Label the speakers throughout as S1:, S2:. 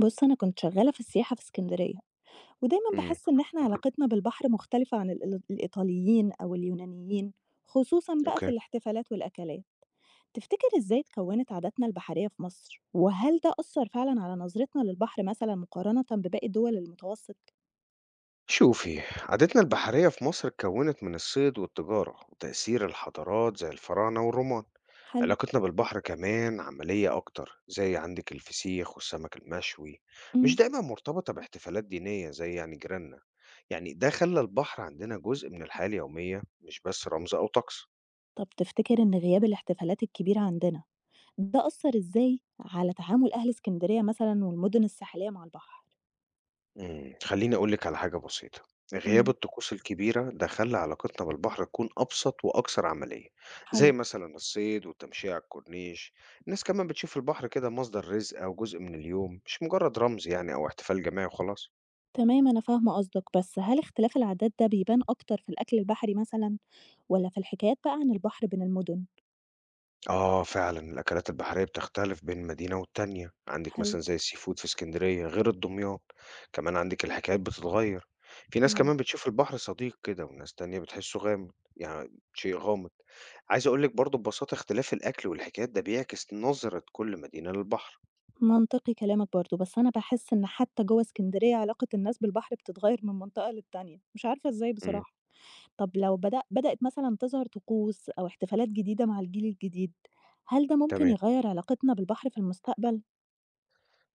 S1: بُص، أنا كنت شغّالة في السياحة في اسكندرية، ودايمًا
S2: امم،
S1: باحس إن إحنا علاقتنا بالبحر مختلفة عن الإيطاليين أو اليونانيين، خصوصًا بقى في
S2: اوكي،
S1: الاحتفالات والأكلات. تفتكر إزاي اتكوّنت عاداتنا البحرية في مصر؟ وهل ده أثّر فعلًا على نظرتنا للبحر مثلًا مقارنةً بباقي الدول المتوسط؟
S2: شوفي، عادتنا البحرية في مصر اتكونت من الصيد والتجارة وتأثير الحضارات زي الفراعنة والرومان.
S1: حلو.
S2: علاقتنا بالبحر كمان عملية أكتر زي عندك الفسيخ والسمك المشوي، مش
S1: إمم.
S2: دايما مرتبطة باحتفالات دينية زي يعني جيراننا. يعني ده خلى البحر عندنا جزء من الحياة اليومية مش بس رمز أو طقس.
S1: طب تفتكر إن غياب الاحتفالات الكبيرة عندنا، ده أثّر إزاي على تعامل أهل اسكندرية مثلًا والمدن الساحلية مع البحر؟
S2: إمم، خلّيني أقول لِك على حاجة بسيطة، غياب
S1: إمم،
S2: الطقوس الكبيرة ده خلّى علاقتنا بالبحر تكون أبسط وأكثر عملية، زي
S1: حلو.
S2: مثلًا الصيد والتمشية على الكورنيش، الناس كمان بتشوف البحر كده مصدر رزق أو جزء من اليوم، مش مجرد رمز يعني أو احتفال جماعي وخلاص.
S1: تمام أنا فاهمة قصدك، بس هل اختلاف العادات ده بيبان أكتر في الأكل البحري مثلًا والّا في الحكايات بقى عن البحر بين المدن؟
S2: آه فعلًا، الأكلات البحرية بتختلف بين مدينة والتانية، عندِك
S1: حلو.
S2: مثلًا زي السي فود في اسكندرية غير الدمياط، كمان عندِك الحكايات بتتغيّر، في ناس
S1: إمم.
S2: كمان بتشوف البحر صديق كده وناس تانية بتحسه غامض، يعني شيء غامض، عايز أقول لِك برضه ببساطة اختلاف الأكل والحكايات ده بيعكس نظرة كل مدينة للبحر.
S1: منطقي كلامك برضه، بس أنا باحس إن حتى جوّه اسكندرية علاقة الناس بالبحر بتتغير من منطقة للتانية، مش عارفة إزاي
S2: إمم،
S1: بصراحة. طب لو بدأت مثلًا تظهر طقوس أو احتفالات جديدة مع الجيل الجديد، هل ده ممكن
S2: تمام.
S1: يغير علاقتنا بالبحر في المستقبل؟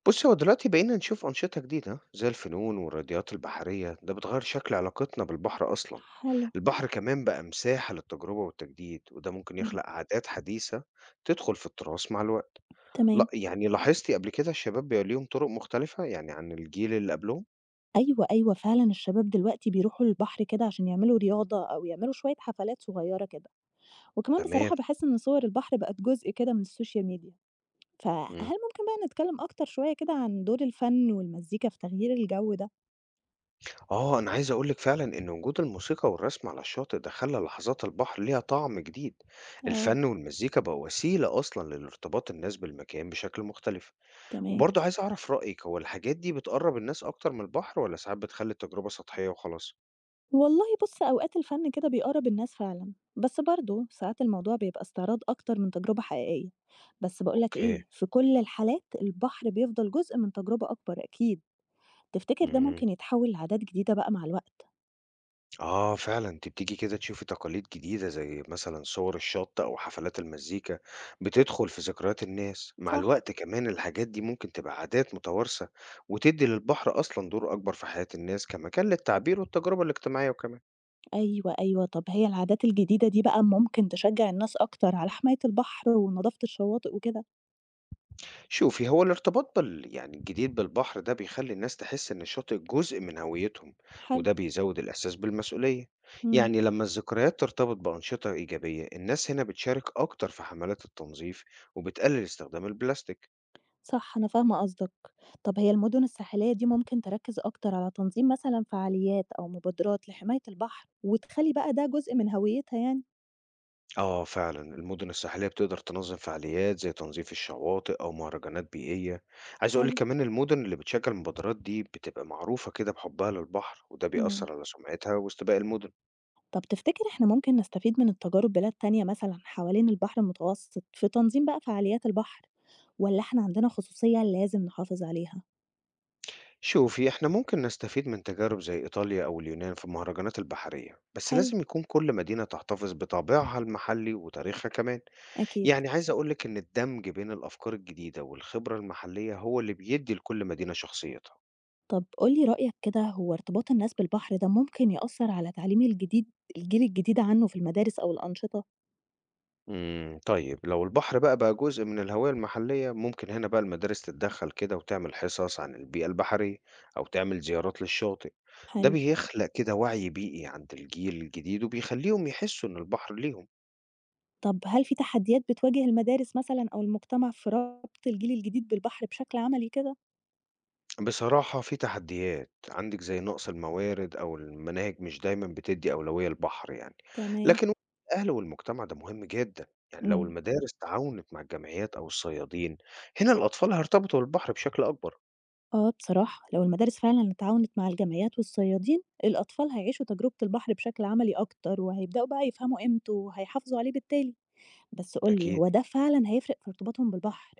S2: بُصّي، هو دلوقتي بقينا نشوف أنشطة جديدة زي الفنون والرياضيات البحرية، ده بتغيّر شكل علاقتنا بالبحر أصلًا.
S1: حلو،
S2: البحر كمان بقى مساحة للتجربة والتجديد، وده ممكن
S1: إمم،
S2: يخلق عادات حديثة تدخل في التراث مع الوقت. لأ،
S1: تمام.
S2: يعني لاحظتِ قبل كده الشباب بيبقى ليهم طرق مختلفة يعني عن الجيل اللي قبلهم؟
S1: أيوه، أيوه فعلًا الشباب دلوقتي بيروحوا البحر كده عشان يعملوا رياضة أو يعملوا شوية حفلات صغيرة كده، وكمان
S2: تمام،
S1: بصراحة باحس إن صور البحر بقت جزء كده من السوشيال ميديا، فهل
S2: إمم.
S1: ممكن بقى نتكلم أكتر شوية كده عن دور الفن والمزيكا في تغيير الجو ده؟
S2: آه، أنا عايز أقول لِك فعلًا إن وجود الموسيقى والرسم على الشاطئ ده خلّى لحظات البحر ليها طعم جديد.
S1: آه،
S2: الفن والمزيكا بقوا وسيلة أصلًا للارتباط الناس بالمكان بشكل مختلف.
S1: تمام.
S2: وبرضه عايز أعرف رأيك، هو الحاجات دي بتقرّب الناس أكتر من البحر والّا ساعات بتخلّي التجربة سطحية وخلاص؟
S1: والله بُص أوقات الفن كده بيقرّب الناس فعلًا، بس برضه ساعات الموضوع بيبقى استعراض أكتر من تجربة حقيقية، بس باقول لك
S2: أوكي،
S1: إيه، في كل الحالات البحر بيفضل جزء من تجربة أكبر أكيد، تفتكر ده
S2: إمم،
S1: ممكن يتحول لعادات جديدة بقى مع الوقت؟
S2: آه فعلًا أنتِ بتيجي كده تشوفي تقاليد جديدة زي مثلًا صور الشط أو حفلات المزيكا، بتدخل في ذكريات الناس، مع
S1: صح.
S2: الوقت كمان الحاجات دي ممكن تبقى عادات متوارثة وتدّي للبحر أصلًا دور أكبر في حياة الناس كمكان للتعبير والتجربة الاجتماعية وكمان.
S1: أيوه، أيوه. طب هي العادات الجديدة دي بقى ممكن تشجّع الناس أكتر على حماية البحر ونضافة الشواطئ وكده.
S2: شوفي، هو الارتباط بال يعني الجديد بالبحر ده بيخلي الناس تحس إن الشاطئ جزء من هويتهم
S1: حلو،
S2: وده بيزود الإحساس بالمسؤولية،
S1: إمم،
S2: يعني لما الذكريات ترتبط بأنشطة إيجابية الناس هنا بتشارك أكتر في حملات التنظيف وبتقلل استخدام البلاستيك.
S1: صح أنا فاهمة قصدك. طب هي المدن الساحلية دي ممكن تركّز أكتر على تنظيم مثلًا فعاليات أو مبادرات لحماية البحر وتخلّي بقى ده جزء من هويتها يعني.
S2: آه فعلا، المدن الساحلية بتقدر تنظم فعاليات زي تنظيف الشواطئ أو مهرجانات بيئية. عايز أقولك
S1: حلو.
S2: كمان المدن اللي بتشجع المبادرات دي بتبقى معروفة كده بحبها للبحر وده
S1: إمم.
S2: بيأثر على سمعتها وسط باقي المدن.
S1: طب تفتكر إحنا ممكن نستفيد من التجارب بلاد تانية مثلًا حوالين البحر المتوسط في تنظيم بقى فعاليات البحر والّا إحنا عندنا خصوصية لازم نحافظ عليها؟
S2: شوفي، احنا ممكن نستفيد من تجارب زي إيطاليا أو اليونان في المهرجانات البحرية، بس
S1: حلو،
S2: لازم يكون كل مدينة تحتفظ بطابعها المحلي وتاريخها كمان.
S1: أكيد.
S2: يعني عايز أقولك إن الدمج بين الأفكار الجديدة والخبرة المحلية هو اللي بيدي لكل مدينة شخصيتها.
S1: طب قُل لي رأيك كده، هو ارتباط الناس بالبحر ده ممكن يأثّر على تعليم الجيل الجديد عنه في المدارس أو الأنشطة؟
S2: امم، طيب لو البحر بقى جزء من الهوية المحلية ممكن هنا بقى المدارس تتدخل كده وتعمل حصص عن البيئة البحرية أو تعمل زيارات للشاطئ. ده
S1: حلو.
S2: بيخلق كده وعي بيئي عند الجيل الجديد وبيخليهم يحسوا إن البحر ليهم.
S1: طب هل في تحديات بتواجه المدارس مثلًا أو المجتمع في ربط الجيل الجديد بالبحر بشكل عملي كده؟
S2: بصراحة، في تحديات عندك زي نقص الموارد أو المناهج مش دايما بتدي أولوية للبحر يعني.
S1: تمام.
S2: لكن الأهل والمجتمع ده مهم جدا، يعني لو
S1: إمم.
S2: المدارس تعاونت مع الجمعيات أو الصيادين هنا الأطفال هيرتبطوا بالبحر بشكل أكبر.
S1: آه بصراحة، لو المدارس فعلًا اتعاونت مع الجمعيات والصيادين، الأطفال هيعيشوا تجربة البحر بشكل عملي أكتر، وهيبدأوا بقى يفهموا قيمته وهيحافظوا عليه بالتالي. بس قُل لي،
S2: أكيد،
S1: هو ده فعلًا هيفرق في ارتباطهم بالبحر؟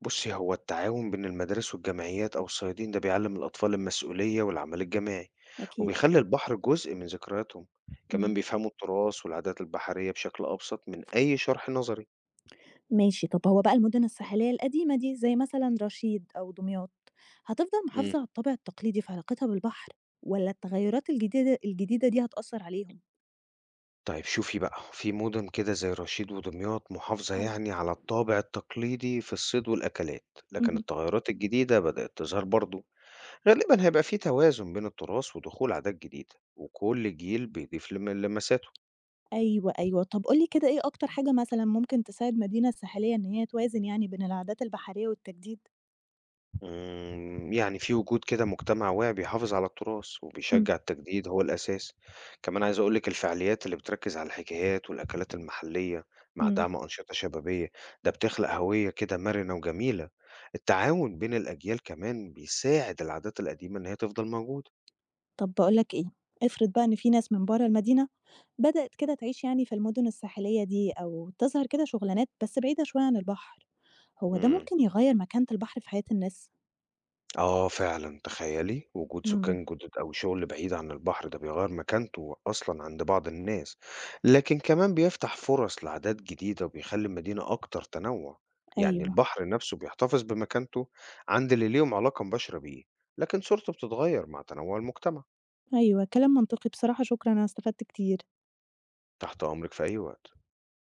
S2: بصي، هو التعاون بين المدارس والجمعيات أو الصيادين ده بيعلم الأطفال المسؤولية والعمل الجماعي
S1: أكيد.
S2: وبيخلي البحر جزء من ذكرياتهم،
S1: إمم.
S2: كمان بيفهموا التراث والعادات البحرية بشكل أبسط من أي شرح نظري.
S1: ماشي طب هو بقى المدن الساحلية القديمة دي زي مثلا رشيد أو دمياط هتفضل
S2: مم.
S1: محافظة على الطابع التقليدي في علاقتها بالبحر ولا التغيرات الجديدة دي هتأثر عليهم؟
S2: طيب شوفي بقى، في مدن كده زي رشيد ودمياط محافظة
S1: حلو،
S2: يعني على الطابع التقليدي في الصيد والأكلات، لكن
S1: مهم.
S2: التغيرات الجديدة بدأت تظهر برضو. غالبا هيبقى في توازن بين التراث ودخول عادات جديدة وكل جيل بيضيف لمساته.
S1: أيوة أيوة طب قولي كده إيه أكتر حاجة مثلا ممكن تساعد مدينة ساحلية إن هي توازن يعني بين العادات البحرية والتجديد؟
S2: إمم، يعني في وجود كده مجتمع واعي بيحافظ على التراث
S1: مم.
S2: وبيشجّع التجديد هو الأساس، كمان عايز أقول لِك الفعاليات اللي بتركّز على الحكايات والأكلات المحلية مع
S1: مم.
S2: دعم أنشطة شبابية، ده بتخلق هوية كده مرنة وجميلة، التعاون بين الأجيال كمان بيساعد العادات القديمة إن هي تفضل موجودة.
S1: طب باقول لك إيه، افرض بقى إن في ناس من برّه المدينة بدأت كده تعيش يعني في المدن الساحلية دي أو تظهر كده شُغلانات بس بعيدة شوية عن البحر، هو ده
S2: إمم.
S1: ممكن يغيّر مكانة البحر في حياة الناس؟
S2: آه فعلًا، تخيّلي! وجود
S1: إمم،
S2: سكان جدد أو شغل بعيد عن البحر ده بيغيّر مكانته أصلًا عند بعض الناس، لكن كمان بيفتح فرص لعادات جديدة وبيخلّي المدينة أكتر تنوُّع، يعني
S1: أيوه،
S2: البحر نفسه بيحتفظ بمكانته عند اللي ليهم علاقة مباشرة بيه، لكن صورته بتتغيّر مع تنوُع المجتمع.
S1: أيوه، كلام منطقي بصراحة شكرًا أنا استفدت كتير.
S2: تحت أمرِك في أي وقت.